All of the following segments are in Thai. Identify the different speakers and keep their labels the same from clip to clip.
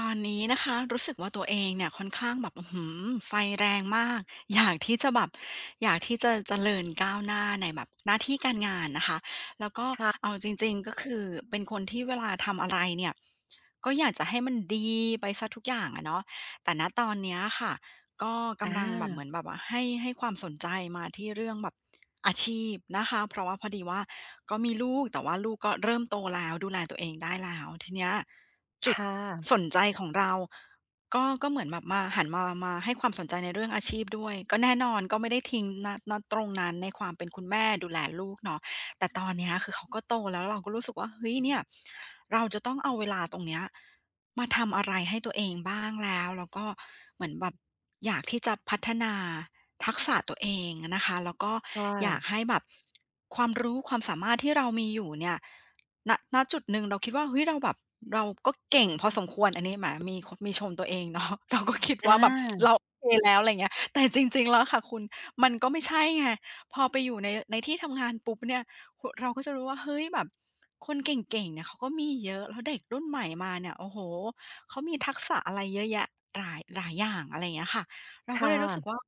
Speaker 1: ตอนนี้นะคะรู้สึกว่าตัวเองเนี่ยค่อนข้างแบบอื้อฮือไฟแรงมากอยากที่จะแบบอยากที่จะเจริญก้าวหน้าในแบบหน้าที่การงานนะคะแล้วก็
Speaker 2: ค่ะ
Speaker 1: เอาจริงๆก็คือเป็นคนที่เวลาทำอะไรเนี่ยก็อยากจะให้มันดีไปเสียทุกอย่างอะเนาะแต่ณตอนเนี้ยค่ะ ก็
Speaker 2: อ
Speaker 1: กำลังแบบเหมื
Speaker 2: า
Speaker 1: อนแบบว่าให้ความสนใจมาที่เรื่องแบบอาชีพนะคะเพราะว่าพอดีว่าก็มีลูกแต่ว่าลูกก็เริ่มโตแล้วดูแลตัวเองได้แล้วทีเนี้ยจุด
Speaker 2: ค่
Speaker 1: ส
Speaker 2: ะ
Speaker 1: นใจของเราก็เหมือนแบบมาหันมามาให้ความสนใจในเรื่องอาชีพด้วยก็แน่นอนก็ไม่ได้ทิ้งณตรงนั้นในความเป็นคุณแม่ดูแลลูกเนาะ แต่ตอนเนี้ยคือเขาก็โตแล้วเราก็รู้สึกว่าเฮ้ยเนี่ยเราจะต้องเอาเวลาตรงเนี้ยมาทำอะไรให้ตัวเองบ้างแล้วก็เหมือนแบบอยากที่จะพัฒนาทักษะตัวเองอะนะคะแล้วก็
Speaker 2: ค
Speaker 1: อยาก
Speaker 2: ่ะ
Speaker 1: ให้แบบความรู้ความสามารถที่เรามีอยู่เนี่ยณจุดหนึ่งเราคิดว่าเฮ้ยเราแบบเราก็เก่งพอสมควรอันนี้แหมมีคมีชมตัวเองเนาะ เราก็คิด
Speaker 2: อ
Speaker 1: ว่าแบบเรา
Speaker 2: า
Speaker 1: โอเคแล้วอะไรอย่างเงี้ยแต่จริงๆแล้วค่ะคุณมันก็ไม่ใช่ไงพอไปอยู่ในที่ทำงานปุ๊บเนี่ย เราก็จะรู้ว่าเฮ้ยแบบคนเก่งๆเนี่ยเขาก็มีเยอะแล้วเด็กรุ่นใหม่มาเนี่ยโอ้โฮเขามีทักษะอะไรเยอะแยะหลายหลายอย่างอะไรอย่างเงี้ยค่ะเราก็
Speaker 2: ค่ะ
Speaker 1: เลยรู้สึกว่า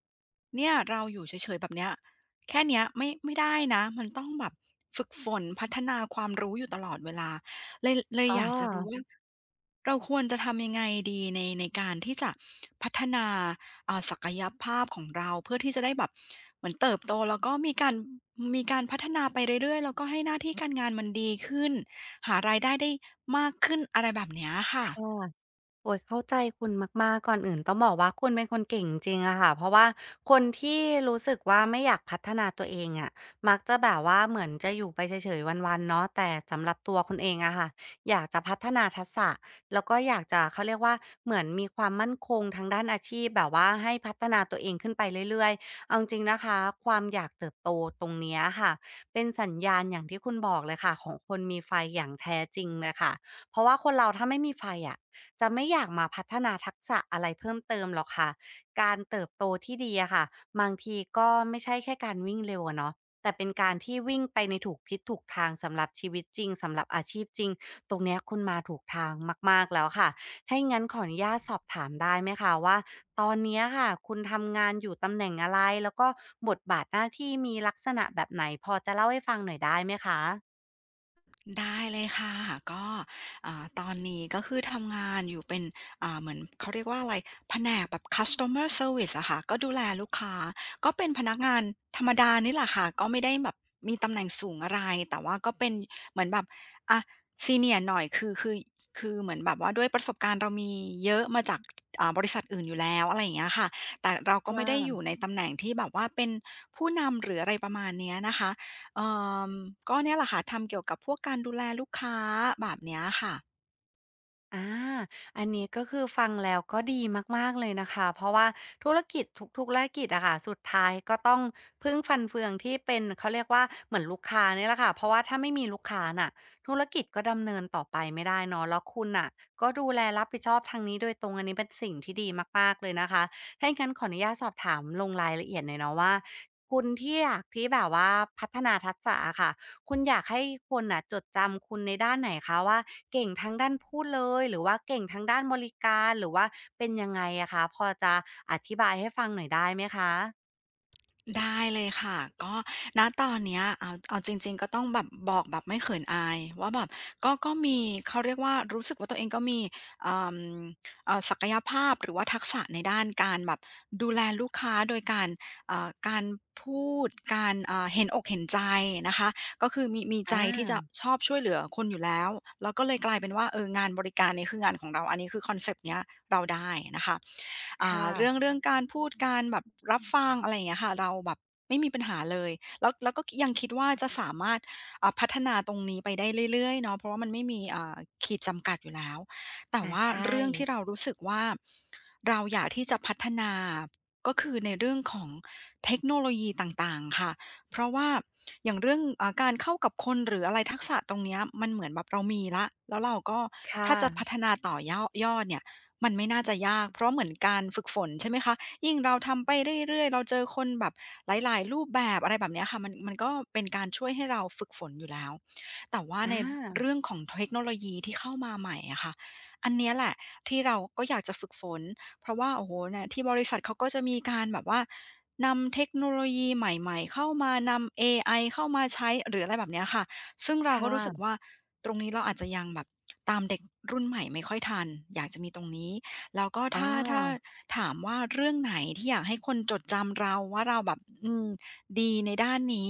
Speaker 1: เนี่ยเราอยู่เฉยๆแบบเนี้ยแค่เนี้ยไม่ได้นะมันต้องแบบฝึกฝนพัฒนาความรู้อยู่ตลอดเวลาเลย
Speaker 2: อ๋อ
Speaker 1: อยากจะรู้ว่าเราควรจะทำยังไงดีในการที่จะพัฒนา ศักยภาพของเราเพื่อที่จะได้แบบเหมือนเติบโตแล้วก็มีการพัฒนาไปเรื่อยๆแล้วก็ให้หน้าที่การงานมันดีขึ้นหารายได้มากขึ้นอะไรแบบเนี้ยค่ะ
Speaker 2: ค่ะ โอ๊ยเข้าใจคุณมากๆก่อนอื่นต้องบอกว่าคุณเป็นคนเก่งจริงๆอะค่ะเพราะว่าคนที่รู้สึกว่าไม่อยากพัฒนาตัวเองอะมักจะแบบว่าเหมือนจะอยู่ไปเฉยๆวันๆเนาะแต่สำหรับตัวคุณเองอะค่ะอยากจะพัฒนาทักษะแล้วก็อยากจะเขาเรียกว่าเหมือนมีความมั่นคงทางด้านอาชีพแบบว่าให้พัฒนาตัวเองขึ้นไปเรื่อยๆเอาจริงนะคะความอยากเติบโตตรงเนี้ยค่ะเป็นสัญญาณอย่างที่คุณบอกเลยค่ะของคนมีไฟอย่างแท้จริงเลยค่ะเพราะว่าคนเราถ้าไม่มีไฟอะ จะไม่อยากมาพัฒนาทักษะอะไรเพิ่มเติมหรอกค่ะการเติบโตที่ดีอะค่ะบางทีก็ไม่ใช่แค่การวิ่งเร็วอะเนาะแต่เป็นการที่วิ่งไปในถูกทิศถูกทางสำหรับชีวิตจริงสำหรับอาชีพจริงตรงเนี้ยคุณมาถูกทางมากๆแล้วค่ะถ้าอย่างงั้นขออนุญาตสอบถามได้ไหมคะว่าตอนเนี้ยค่ะคุณทำงานอยู่ตำแหน่งอะไรแล้วก็บทบาทหน้าที่มีลักษณะแบบไหนพอจะเล่าให้ฟังหน่อยได้ไหมคะ
Speaker 1: ได้เลยค่ะก็ตอนนี้ก็คือทำงานอยู่เป็นเหมือนเขาเรียกว่าอะไรแผนกแบบ Customer Service อะค่ะก็ดูแลลูกค้าก็เป็นพนักงานธรรมดานี่แหละค่ะก็ไม่ได้แบบมีตำแหน่งสูงอะไรแต่ว่าก็เป็นเหมือนแบบอะซีเนียร์หน่อยคือเหมือนแบบว่าด้วยประสบการณ์เรามีเยอะมาจากบริษัทอื่นอยู่แล้วอะไรอย่างเงี้ยค่ะแต่เรา
Speaker 2: ค
Speaker 1: ก็ไม่ได้อยู่
Speaker 2: ่ะ
Speaker 1: ในตำแหน่งที่แบบว่าเป็นผู้นำหรืออะไรประมาณเนี้ยนะคะ เอ่มก็เนี่ยแหละค่ะทำเกี่ยวกับพวกการดูแลลูกค้าแบบเนี้ยค่ะ
Speaker 2: อาอันนี้ก็คือฟังแล้วก็ดีมากๆเลยนะคะเพราะว่าธุรกิจทุกๆธุรกิจอะค่ะสุดท้ายก็ต้องพึ่งฟันเฟืองที่เป็นเขาเรียกว่าเหมือนลูกค้าเนี่ยแหละค่ะเพราะว่าถ้าไม่มีลูกค้าน่ะธุรกิจก็ดำเนินต่อไปไม่ได้เนาะแล้วคุณน่ะก็ดูแลรับผิดชอบทางนี้โดยตรงอันนี้เป็นสิ่งที่ดีมากๆเลยนะคะ ถ้าอย่างงั้นขออนุญาตสอบถามลงรายละเอียดหน่อยเนาะว่าคุณที่อยากที่แบบว่าพัฒนาทักษะอะค่ะ คุณอยากให้คนน่ะจดจำคุณในด้านไหนคะว่าเก่งทั้งด้านพูดเลยหรือว่าเก่งทั้งด้านบริการหรือว่าเป็นยังไงอะคะพอจะอธิบายให้ฟังหน่อยได้ไหมคะ
Speaker 1: ได้เลยค่ะก็ณตอนเนี้ยเอาจริงๆก็ต้องแบบบอกแบบไม่เขินอายว่าแบบก็มีเขาเรียกว่ารู้สึกว่าตัวเองก็มีเอ่อศักยภาพหรือว่าทักษะในด้านการแบบดูแลลูกค้าโดยการการพูดการเห็นอกเห็นใจนะคะก็คือมี
Speaker 2: อ
Speaker 1: ใจที่จะ
Speaker 2: า
Speaker 1: ชอบช่วยเหลือคนอยู่แล้วแล้วก็เลยกลายเป็นว่าเอองานบริการเนี่ยคืองานของเราอันนี้คือคอนเซปต์เนี้ยเราได้นะคะ
Speaker 2: ค่ะ
Speaker 1: เรื่องการพูดการแบบรับฟังอะไรอย่างเงี้ยค่ะเราแบบไม่มีปัญหาเลยแล้วก็ยังคิดว่าจะสามารถพัฒนาตรงนี้ไปได้เรื่อยๆเนาะเพราะว่ามันไม่มีขีดจำกัดอยู่แล้วแต่
Speaker 2: อา
Speaker 1: ว่า
Speaker 2: ใช่
Speaker 1: เรื่องที่เรารู้สึกว่าเราอยากที่จะพัฒนาก็คือในเรื่องของเทคโนโลยีต่างๆค่ะเพราะว่าอย่างเรื่องการเข้ากับคนหรืออะไรทักษะตรงเนี้ยมันเหมือนแบบเรามีแล้วเราก็
Speaker 2: ค่ะ
Speaker 1: ถ้าจะพัฒนาต่อยอดเนี่ย มันไม่น่าจะยากเพราะเหมือนการฝึกฝนใช่ไหมคะยิ่งเราทำไปเรื่อยๆเราเจอคนแบบหลายๆรูปแบบอะไรแบบเนี้ยค่ะมันก็เป็นการช่วยให้เราฝึกฝนอยู่แล้วแต่ว่า
Speaker 2: อ
Speaker 1: ใน
Speaker 2: า
Speaker 1: เรื่องของเทคโนโลยีที่เข้ามาใหม่อะค่ะอันเนี้ยแหละที่เราก็อยากจะฝึกฝนเพราะว่าโอ้โฮเนี่ยที่บริษัทเขาก็จะมีการแบบว่านำเทคโนโลยีใหม่ๆเข้ามานำเอไอเข้ามาใช้หรืออะไรแบบเนี้ยค่ะ ซึ่งเรา
Speaker 2: ค
Speaker 1: ก็รู้สึก
Speaker 2: ่ะ
Speaker 1: ว่าตรงนี้เราอาจจะยังแบบตามเด็กรุ่นใหม่ไม่ค่อยทันอยากจะมีตรงนี้แล้วก็
Speaker 2: อ๋อ
Speaker 1: ถ้าถามว่าเรื่องไหนที่อยากให้คนจดจำเราว่าเราแบบดีในด้านนี้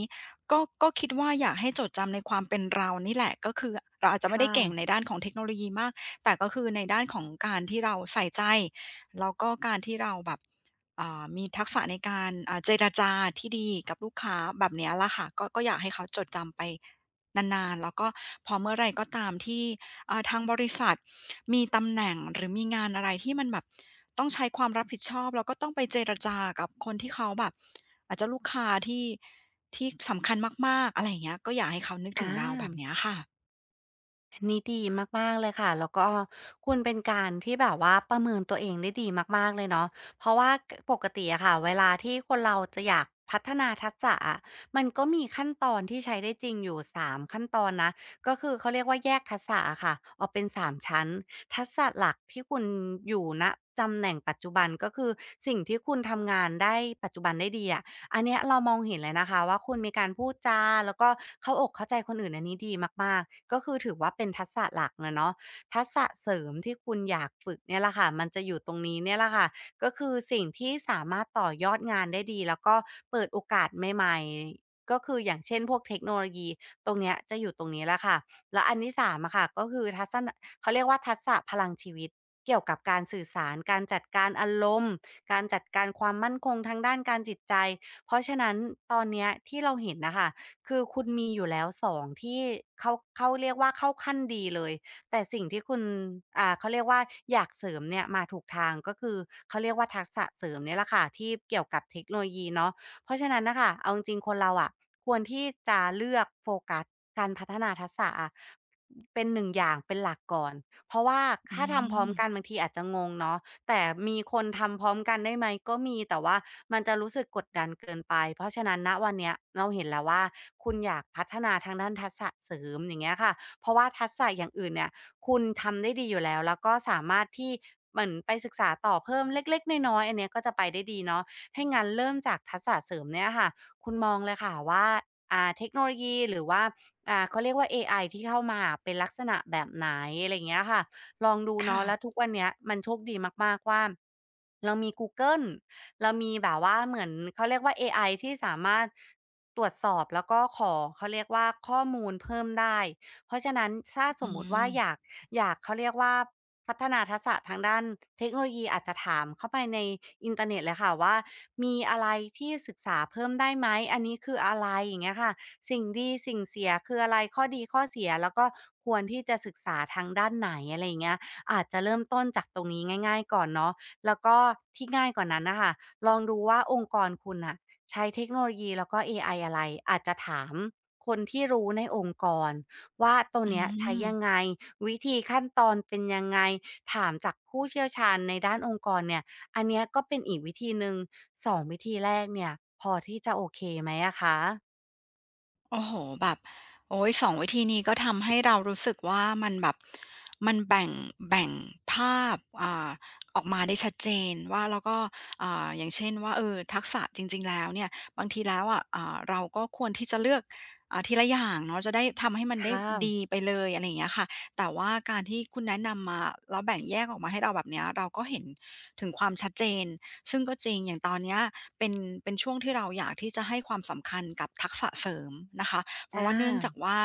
Speaker 1: ก็คิดว่าอยากให้จดจำในความเป็นเรานี่แหละก็คือเราอาจจะ
Speaker 2: ค
Speaker 1: ไม่ได้เก่งใน
Speaker 2: ่ะ
Speaker 1: ด้านของเทคโนโลยีมากแต่ก็คือในด้านของการที่เราใส่ใจแล้วก็การที่เราแบบมีทักษะในการเจรจาที่ดีกับลูกค้าแบบเนี้ยล่ะค่ะก็อยากให้เขาจดจำไป นานๆแล้วก็พอเมื่อไรก็ตามที่ทางบริษัทมีตำแหน่งหรือมีงานอะไรที่มันแบบต้องใช้ความรับผิดชอบแล้วก็ต้องไปเจรจากับคนที่เขาแบบอาจจะลูกค้าที่สำคัญมากๆอะไรอย่างเงี้ยก็อยากให้เขานึก
Speaker 2: อา
Speaker 1: ถึงเราแบบเนี้ยค่ะ
Speaker 2: อันนี้ดีมากๆเลยค่ะแล้วก็คุณเป็นการที่แบบว่าประเมินตัวเองได้ดีมากๆเลยเนาะเพราะว่ากปกติอะค่ะเวลาที่คนเราจะอยากพัฒนาทักษะอะมันก็มีขั้นตอนที่ใช้ได้จริงอยู่3ขั้นตอนนะก็คือเขาเรียกว่าแยกทักษะอะค่ะออกเป็นสามชั้นทักษะหลักที่คุณอยู่ณตำแหน่งปัจจุบันก็คือสิ่งที่คุณทำงานได้ปัจจุบันได้ดีอะ อันเนี้ยเรามองเห็นเลยนะคะว่าคุณมีการพูดจาแล้วก็เข้าอกเข้าใจคนอื่นอันนี้ดีมากๆก็คือถือว่าเป็นทักษะหลักนะเนาะทักษะเสริมที่คุณอยากฝึกเนี่ยแหละค่ะมันจะอยู่ตรงนี้เนี่ยแหละค่ะก็คือสิ่งที่สามารถต่อยอดงานได้ดีแล้วก็เปิดโอกาสใหม่ๆก็คืออย่างเช่นพวกเทคโนโลยีตรงเนี้ยจะอยู่ตรงนี้แหละค่ะแล้วอันที่สามอะค่ะก็คือทักษะเขาเรียกว่าทักษะพลังชีวิตเกี่ยวกับการสื่อสารการจัดการอารมณ์การจัดการความมั่นคงทางด้านการจิตใจ เพราะฉะนั้นตอนเนี้ยที่เราเห็นนะคะคือคุณมีอยู่แล้ว2ที่เขาเขาเรียกว่าเข้าขั้นดีเลยแต่สิ่งที่คุณเขาเรียกว่าอยากเสริมเนี่ยมาถูกทางก็คือเขาเรียกว่าทักษะเสริมเนี่ยแหละค่ะที่เกี่ยวกับเทคโนโลยีเนาะเพราะฉะนั้นน่ะค่ะเอาจริงๆคนเราอะควรที่จะเลือกโฟกัสการพัฒนาทักษะอะเป็นหนึ่งอย่างเป็นหลักก่อนเพราะว่า
Speaker 1: อื
Speaker 2: ถ้าทำพร้อม
Speaker 1: ม
Speaker 2: กันบางทีอาจจะงงเนาะ แต่มีคนทำพร้อมกันได้ไหมก็มีแต่ว่ามันจะรู้สึกกดดันเกินไปเพราะฉะนั้นณวันเนี้ยเราเห็นแล้วว่าคุณอยากพัฒนาทางด้านทักษะเสริมอย่างเงี้ยค่ะเพราะว่าทักษะอย่างอื่นเนี่ยคุณทำได้ดีอยู่แล้วแล้วก็สามารถที่เหมือนไปศึกษาต่อเพิ่มเล็กๆน้อยๆอันเนี้ยก็จะไปได้ดีเนาะถ้างั้นเริ่มจากทักษะเสริมเนี่ยค่ะคุณมองเลยค่ะว่าเทคโนโลยีหรือว่าเขาเรียกว่าเอไอที่เข้ามาเป็นลักษณะแบบไหนอะไรอย่างเงี้ยค่ะ ลองดูเนาะแล้ว
Speaker 1: ค่ะ
Speaker 2: ทุกวันเนี้ยมันโชคดีมากๆว่าเรามีกูเกิลเรามีแบบว่าเหมือนเขาเรียกว่าเอไอที่สามารถตรวจสอบแล้วก็ขอเขาเรียกว่าข้อมูลเพิ่มได้เพราะฉะนั้นถ้าส
Speaker 1: อื
Speaker 2: มมุติว่าอ
Speaker 1: ม
Speaker 2: ยากอยากเขาเรียกว่าพัฒนาทักษะทางด้านเทคโนโลยีอาจจะถามเข้าไปในอินเทอร์เน็ตเลยค่ะว่ามีอะไรที่ศึกษาเพิ่มได้ไหมอันนี้คืออะไรอย่างเงี้ยค่ะ สิ่งดีสิ่งเสียคืออะไรข้อดีข้อเสียแล้วก็ควรที่จะศึกษาทางด้านไหนอะไรอย่างเงี้ยอาจจะเริ่มต้นจากตรงนี้ง่ายๆก่อนเนาะแล้วก็ที่ง่ายกว่านั้นน่ะค่ะลองดูว่าองค์กรคุณน่ะใช้เทคโนโลยีแล้วก็เอไออะไรอาจจะถามคนที่รู้ในองค์กรว่าตัว
Speaker 1: อื
Speaker 2: เนี้ยใช้ยัง
Speaker 1: ม
Speaker 2: ไงวิธีขั้นตอนเป็นยังไงถามจากผู้เชี่ยวชาญในด้านองค์กรเนี่ยอันเนี้ยก็เป็นอีกวิธีหนึ่งสองวิธีแรกเนี่ยพอที่จะโอเคไหมอะคะ
Speaker 1: โอ้โฮแบบโอ๊ยสองวิธีนี้ก็ทำให้เรารู้สึกว่ามันแบบมันแบ่งภาพออกมาได้ชัดเจนว่าแล้วก็อย่างเช่นว่าเออทักษะจริงๆแล้วเนี่ยบางทีแล้วอะอ่าเราก็ควรที่จะเลือกทีละอย่างเนาะจะได้ทำให้มันได้
Speaker 2: ค่ะ
Speaker 1: ดีไปเลยอะไรอย่างเงี้ยค่ะแต่ว่าการที่คุณแนะนำมาแล้วแบ่งแยกออกมาให้เราแบบเนี้ยเราก็เห็นถึงความชัดเจนซึ่งก็จริงอย่างตอนเนี้ย เป็นเป็นช่วงที่เราอยากที่จะให้ความสำคัญกับทักษะเสริมนะคะเพ
Speaker 2: อ
Speaker 1: ราะว่าเนื่องจาก
Speaker 2: า
Speaker 1: ว่า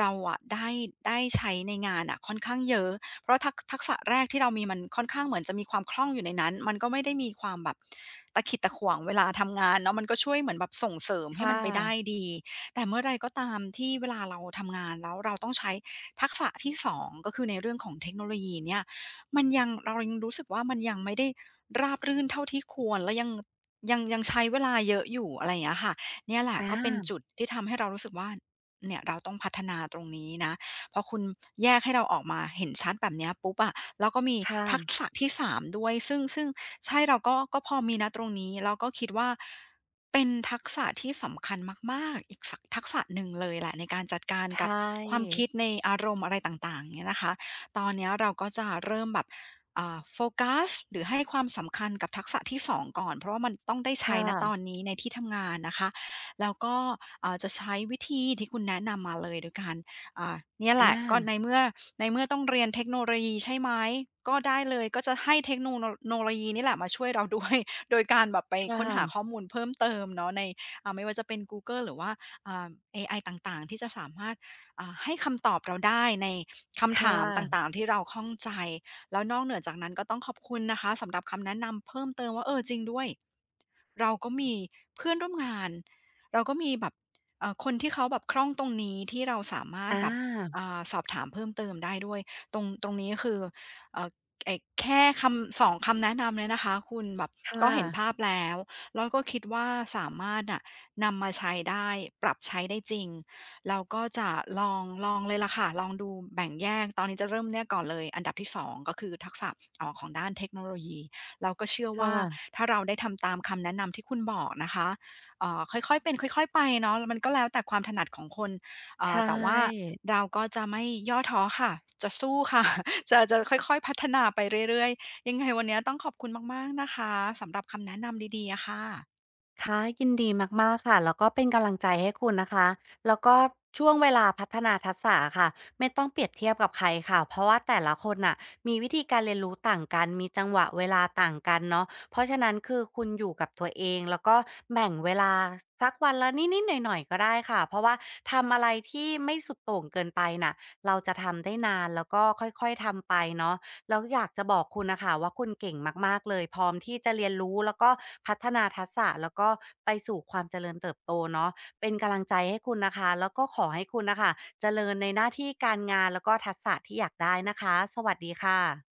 Speaker 1: เราอะได้ใช้ในงานอะค่อนข้างเยอะเพราะทักษะแรกที่เรามีมันค่อนข้างเหมือนจะมีความคล่องอยู่ในนั้นมันก็ไม่ได้มีความแบบตะขิดตะขวงเวลาทำงานเนาะมันก็ช่วยเหมือนแบบส่งเสริมให้มัน
Speaker 2: ค่ะ
Speaker 1: ไปได้ดีแต่เมื่อไรก็ตามที่เวลาเราทำงานแล้วเราต้องใช้ทักษะที่สองก็คือในเรื่องของเทคโนโลยีเนี่ยมันยังเรายังรู้สึกว่ามันยังไม่ได้ราบรื่นเท่าที่ควรและยัง ยังใช้เวลาเยอะอยู่อะไรอย่างเงี้ยค่ะเนี่ยแหละ
Speaker 2: อ
Speaker 1: ก็เป็นจุ
Speaker 2: า
Speaker 1: ดที่ทำให้เรารู้สึกว่าเนี่ยเราต้องพัฒนาตรงนี้นะพอคุณแยกให้เราออกมาเห็นชัดแบบเนี้ยปุ๊บอะแล้วก็มี
Speaker 2: ค่ะ
Speaker 1: ทักษะที่สามด้วยซึ่งใช่เราก็พอมีนะตรงนี้แล้วก็คิดว่าเป็นทักษะที่สำคัญมากๆอีกสทักษะหนึ่งเลยแหละในการจัดการ
Speaker 2: ใช
Speaker 1: กับความ
Speaker 2: ่
Speaker 1: คิดในอารมณ์อะไรต่างๆเงี้ยนะคะตอนเนี้ยเราก็จะเริ่มแบบ โฟกัสหรือให้ความสำคัญกับทักษะที่สองก่อนเพราะว่ามันต้องได้ใช้
Speaker 2: ค่ะ
Speaker 1: นะตอนนี้ในที่ทำงานนะคะแล้วก็จะใช้วิธีที่คุณแนะนำมาเลยโดยการเนี่ยแหละก็
Speaker 2: อา
Speaker 1: ในเมื่อต้องเรียนเทคโนโลยีใช่ไหมก็ได้เลยก็จะให้เทคโนโลยีนี่แหละมาช่วยเราด้วย โดยการแบบไป
Speaker 2: ค
Speaker 1: ค้นหาข้
Speaker 2: ่ะ
Speaker 1: อมูลเพิ่มเติมเนาะในไม่ว่าจะเป็นกูเกิลหรือว่าอ่าเอไอต่างๆที่จะสามารถให้คำตอบเราได้ในคำ
Speaker 2: ค่
Speaker 1: ถาม
Speaker 2: ะ
Speaker 1: ต่างๆที่เราข้องใจ แล้วนอกเหนือจากนั้นก็ต้องขอบคุณนะคะสำหรับคำแนะนำเพิ่มเติมว่าเออจริงด้วยเราก็มีเพื่อนร่วมงานเราก็มีแบบคนที่เขาแบบคล่องตรงนี้ที่เราสามารถ
Speaker 2: อา
Speaker 1: แบบสอบถามเพิ่มเติมได้ด้วยตรงนี้คือเอ่อไอ้แค่คำสองคำแนะนำเนี่ยนะคะคุณแบบก็
Speaker 2: ค่ะ
Speaker 1: เห็นภาพแล้วแล้วก็คิดว่าสามารถน่ะนำมาใช้ได้ปรับใช้ได้จริง เราก็จะลองเลยล่ะค่ะลองดูแบ่งแยกตอนนี้จะเริ่มเนี่ยก่อนเลยอันดับที่2ก็คือทักษะของด้านเทคโนโลยีเราก็เชื่อ
Speaker 2: ค
Speaker 1: ว่า
Speaker 2: ่ะ
Speaker 1: ถ้าเราได้ทำตามคำแนะนำที่คุณบอกนะคะค่อยๆเป็นค่อยๆไปเนาะมันก็แล้วแต่ความถนัดของคน
Speaker 2: ใช่
Speaker 1: แต่ว่าเราก็จะไม่ย่อท้อค่ะจะสู้ค่ะ จะค่อยๆพัฒนาไปเรื่อยๆยังไงวันเนี้ยต้องขอบคุณมากๆนะคะสำหรับคำแนะนำดีๆอะค่ะ
Speaker 2: ค่ะยินดีมากๆค่ะแล้วก็เป็นกำลังใจให้คุณนะคะแล้วก็ช่วงเวลาพัฒนาทักษะอะค่ะไม่ต้องเปรียบเทียบกับใครค่ะเพราะว่าแต่ละคนน่ะมีวิธีการเรียนรู้ต่างกันมีจังหวะเวลาต่างกันเนาะเพราะฉะนั้นคือคุณอยู่กับตัวเองแล้วก็แบ่งเวลาสักวันละนิดๆหน่อยๆก็ได้ค่ะเพราะว่าทำอะไรที่ไม่สุดโต่งเกินไปน่ะเราจะทำได้นานแล้วก็ค่อยๆทำไปเนาะ แล้วอยากจะบอกคุณนะคะว่าคุณเก่งมากๆเลยพร้อมที่จะเรียนรู้แล้วก็พัฒนาทักษะแล้วก็ไปสู่ความเจริญเติบโตเนาะเป็นกำลังใจให้คุณนะคะแล้วก็ขอให้คุณน่ะค่ะเจริญในหน้าที่การงานแล้วก็ทักษะที่อยากได้นะคะสวัสดีค่ะ